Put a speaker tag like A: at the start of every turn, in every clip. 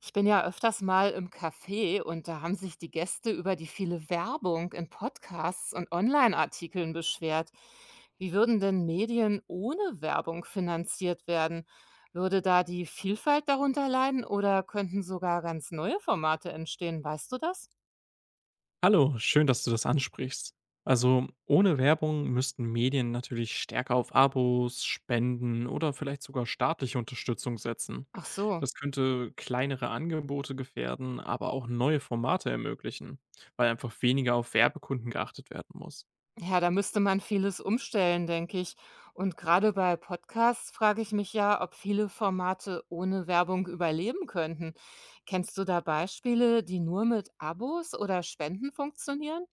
A: Ich bin ja öfters mal im Café und da haben sich die Gäste über die viele Werbung in Podcasts und Online-Artikeln beschwert. Wie würden denn Medien ohne Werbung finanziert werden? Würde da die Vielfalt darunter leiden oder könnten sogar ganz neue Formate entstehen? Weißt du das?
B: Hallo, schön, dass du das ansprichst. Also ohne Werbung müssten Medien natürlich stärker auf Abos, Spenden oder vielleicht sogar staatliche Unterstützung setzen.
A: Ach so.
B: Das könnte kleinere Angebote gefährden, aber auch neue Formate ermöglichen, weil einfach weniger auf Werbekunden geachtet werden muss.
A: Ja, da müsste man vieles umstellen, denke ich. Und gerade bei Podcasts frage ich mich ja, ob viele Formate ohne Werbung überleben könnten. Kennst du da Beispiele, die nur mit Abos oder Spenden funktionieren?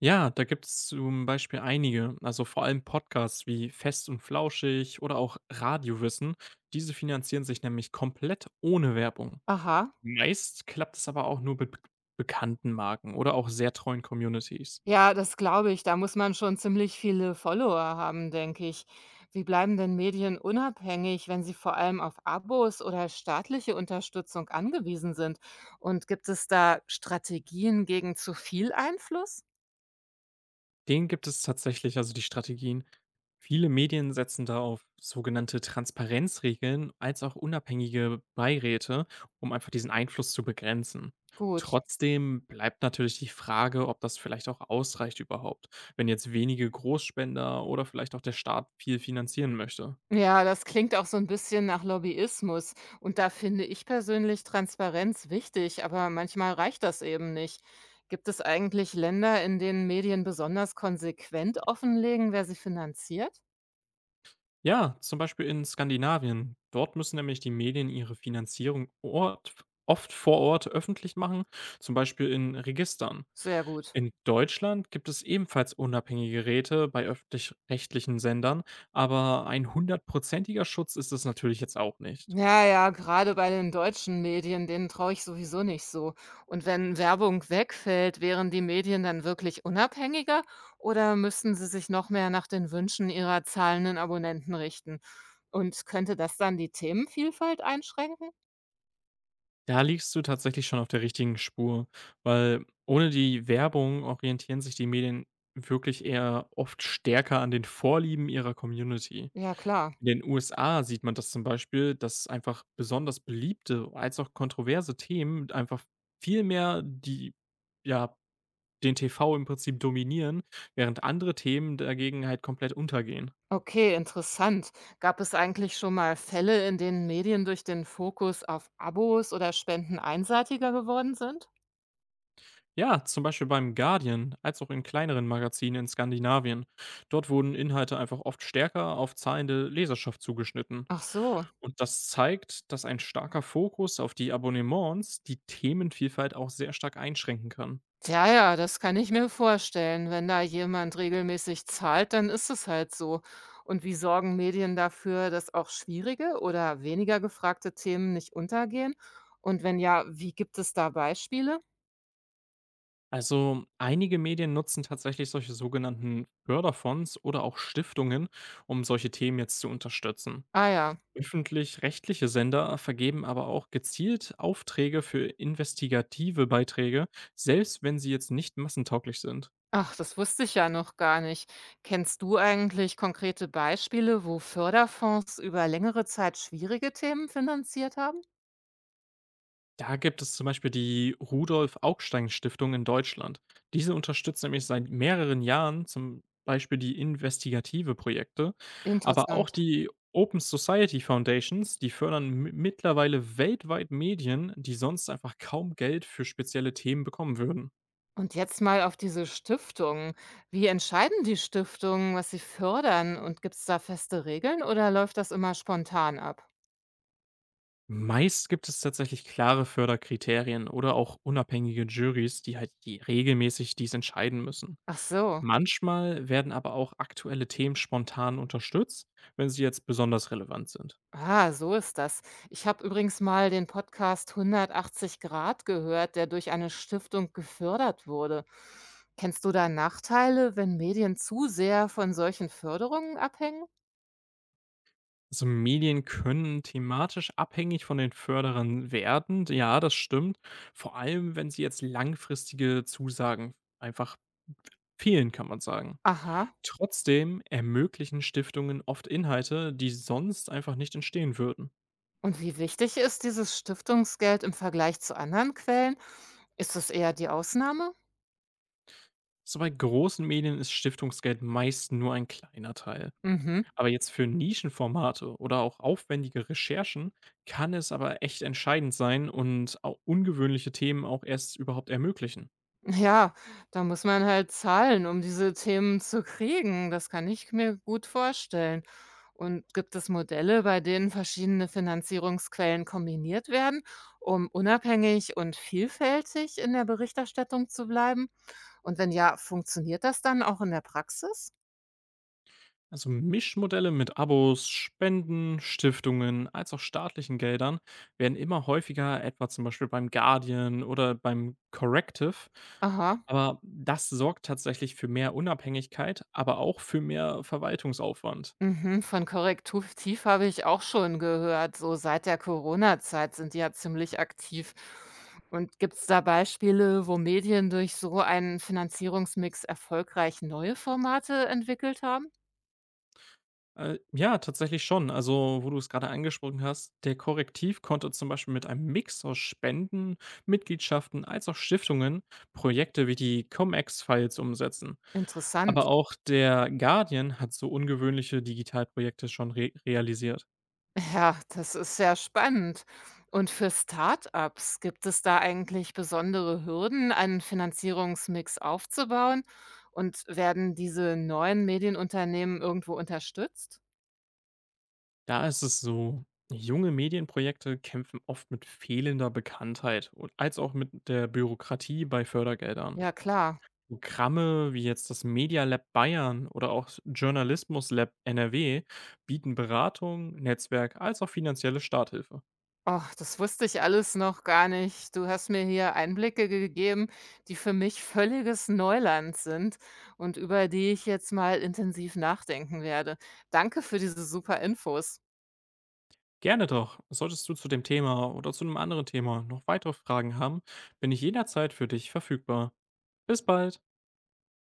B: Ja, da gibt es zum Beispiel einige, also vor allem Podcasts wie Fest und Flauschig oder auch Radiowissen. Diese finanzieren sich nämlich komplett ohne Werbung.
A: Aha.
B: Meist klappt es aber auch nur mit bekannten Marken oder auch sehr treuen Communities.
A: Ja, das glaube ich. Da muss man schon ziemlich viele Follower haben, denke ich. Wie bleiben denn Medien unabhängig, wenn sie vor allem auf Abos oder staatliche Unterstützung angewiesen sind? Und gibt es da Strategien gegen zu viel Einfluss?
B: Denen gibt es tatsächlich also die Strategien. Viele Medien setzen da auf sogenannte Transparenzregeln als auch unabhängige Beiräte, um einfach diesen Einfluss zu begrenzen.
A: Gut.
B: Trotzdem bleibt natürlich die Frage, ob das vielleicht auch ausreicht überhaupt, wenn jetzt wenige Großspender oder vielleicht auch der Staat viel finanzieren möchte.
A: Ja, das klingt auch so ein bisschen nach Lobbyismus und da finde ich persönlich Transparenz wichtig, aber manchmal reicht das eben nicht. Gibt es eigentlich Länder, in denen Medien besonders konsequent offenlegen, wer sie finanziert?
B: Ja, zum Beispiel in Skandinavien. Dort müssen nämlich die Medien ihre Finanzierung oft vor Ort öffentlich machen, zum Beispiel in Registern.
A: Sehr gut.
B: In Deutschland gibt es ebenfalls unabhängige Räte bei öffentlich-rechtlichen Sendern, aber ein hundertprozentiger Schutz ist es natürlich jetzt auch nicht.
A: Ja, ja, gerade bei den deutschen Medien, denen traue ich sowieso nicht so. Und wenn Werbung wegfällt, wären die Medien dann wirklich unabhängiger oder müssten sie sich noch mehr nach den Wünschen ihrer zahlenden Abonnenten richten? Und könnte das dann die Themenvielfalt einschränken?
B: Da liegst du tatsächlich schon auf der richtigen Spur, weil ohne die Werbung orientieren sich die Medien wirklich eher oft stärker an den Vorlieben ihrer Community.
A: Ja, klar.
B: In den USA sieht man das zum Beispiel, dass einfach besonders beliebte als auch kontroverse Themen einfach viel mehr ja, den TV im Prinzip dominieren, während andere Themen dagegen halt komplett untergehen.
A: Okay, interessant. Gab es eigentlich schon mal Fälle, in denen Medien durch den Fokus auf Abos oder Spenden einseitiger geworden sind?
B: Ja, zum Beispiel beim Guardian, als auch in kleineren Magazinen in Skandinavien. Dort wurden Inhalte einfach oft stärker auf zahlende Leserschaft zugeschnitten.
A: Ach so.
B: Und das zeigt, dass ein starker Fokus auf die Abonnements die Themenvielfalt auch sehr stark einschränken kann.
A: Ja, ja, das kann ich mir vorstellen. Wenn da jemand regelmäßig zahlt, dann ist es halt so. Und wie sorgen Medien dafür, dass auch schwierige oder weniger gefragte Themen nicht untergehen? Und wenn ja, wie gibt es da Beispiele?
B: Also einige Medien nutzen tatsächlich solche sogenannten Förderfonds oder auch Stiftungen, um solche Themen jetzt zu unterstützen.
A: Ah ja,
B: Öffentlich-rechtliche Sender vergeben aber auch gezielt Aufträge für investigative Beiträge, selbst wenn sie jetzt nicht massentauglich sind.
A: ach, das wusste ich ja noch gar nicht. Kennst du eigentlich konkrete Beispiele, wo Förderfonds über längere Zeit schwierige Themen finanziert haben?
B: Da gibt es zum Beispiel die Rudolf-Augstein-Stiftung in Deutschland. Diese unterstützt nämlich seit mehreren Jahren zum Beispiel die investigative Projekte, aber auch
A: Interessant.
B: die Open Society Foundations, die fördern mittlerweile weltweit Medien, die sonst einfach kaum Geld für spezielle Themen bekommen würden.
A: Und jetzt mal auf diese Stiftungen. Wie entscheiden die Stiftungen, was sie fördern? Und gibt es da feste Regeln oder läuft das immer spontan ab?
B: Meist gibt es tatsächlich klare Förderkriterien oder auch unabhängige Juries, die halt die regelmäßig dies entscheiden müssen.
A: Ach so.
B: Manchmal werden aber auch aktuelle Themen spontan unterstützt, wenn sie jetzt besonders relevant sind.
A: Ah, so ist das. Ich habe übrigens mal den Podcast 180 Grad gehört, der durch eine Stiftung gefördert wurde. Kennst du da Nachteile, wenn Medien zu sehr von solchen Förderungen abhängen?
B: Also Medien können thematisch abhängig von den Förderern werden. Ja, das stimmt. Vor allem, wenn sie jetzt langfristige Zusagen einfach fehlen, kann man sagen.
A: Aha.
B: Trotzdem ermöglichen Stiftungen oft Inhalte, die sonst einfach nicht entstehen würden.
A: Und wie wichtig ist dieses Stiftungsgeld im Vergleich zu anderen Quellen? Ist es eher die Ausnahme?
B: So bei großen Medien ist Stiftungsgeld meist nur ein kleiner Teil.
A: Mhm.
B: Aber jetzt für Nischenformate oder auch aufwendige Recherchen kann es aber echt entscheidend sein und auch ungewöhnliche Themen auch erst überhaupt ermöglichen.
A: Ja, da muss man halt zahlen, um diese Themen zu kriegen. Das kann ich mir gut vorstellen. Und gibt es Modelle, bei denen verschiedene Finanzierungsquellen kombiniert werden, um unabhängig und vielfältig in der Berichterstattung zu bleiben? Und wenn ja, funktioniert das dann auch in der Praxis?
B: Also Mischmodelle mit Abos, Spenden, Stiftungen als auch staatlichen Geldern werden immer häufiger, etwa zum Beispiel beim Guardian oder beim Corrective.
A: Aha.
B: Aber das sorgt tatsächlich für mehr Unabhängigkeit, aber auch für mehr Verwaltungsaufwand.
A: Mhm, von Korrektiv habe ich auch schon gehört. So seit der Corona-Zeit sind die ja ziemlich aktiv. Und gibt es da Beispiele, wo Medien durch so einen Finanzierungsmix erfolgreich neue Formate entwickelt haben?
B: Ja, tatsächlich schon. Also, wo du es gerade angesprochen hast, der Korrektiv konnte zum Beispiel mit einem Mix aus Spenden, Mitgliedschaften als auch Stiftungen Projekte wie die Comex files umsetzen. Aber
A: Interessant.
B: auch der Guardian hat so ungewöhnliche Digitalprojekte schon re realisiert.
A: Ja, das ist sehr spannend. Und für Start-ups gibt es da eigentlich besondere Hürden, einen Finanzierungsmix aufzubauen? Und werden diese neuen Medienunternehmen irgendwo unterstützt?
B: Da ist es so, junge Medienprojekte kämpfen oft mit fehlender Bekanntheit und als auch mit der Bürokratie bei Fördergeldern.
A: Ja, klar.
B: Programme wie jetzt das Media Lab Bayern oder auch Journalismus Lab NRW bieten Beratung, Netzwerk als auch finanzielle Starthilfe.
A: Ach, das wusste ich alles noch gar nicht. Du hast mir hier Einblicke gegeben, die für mich völliges Neuland sind und über die ich jetzt mal intensiv nachdenken werde. Danke für diese super Infos.
B: Gerne doch. Solltest du zu dem Thema oder zu einem anderen Thema noch weitere Fragen haben, bin ich jederzeit für dich verfügbar. Bis bald.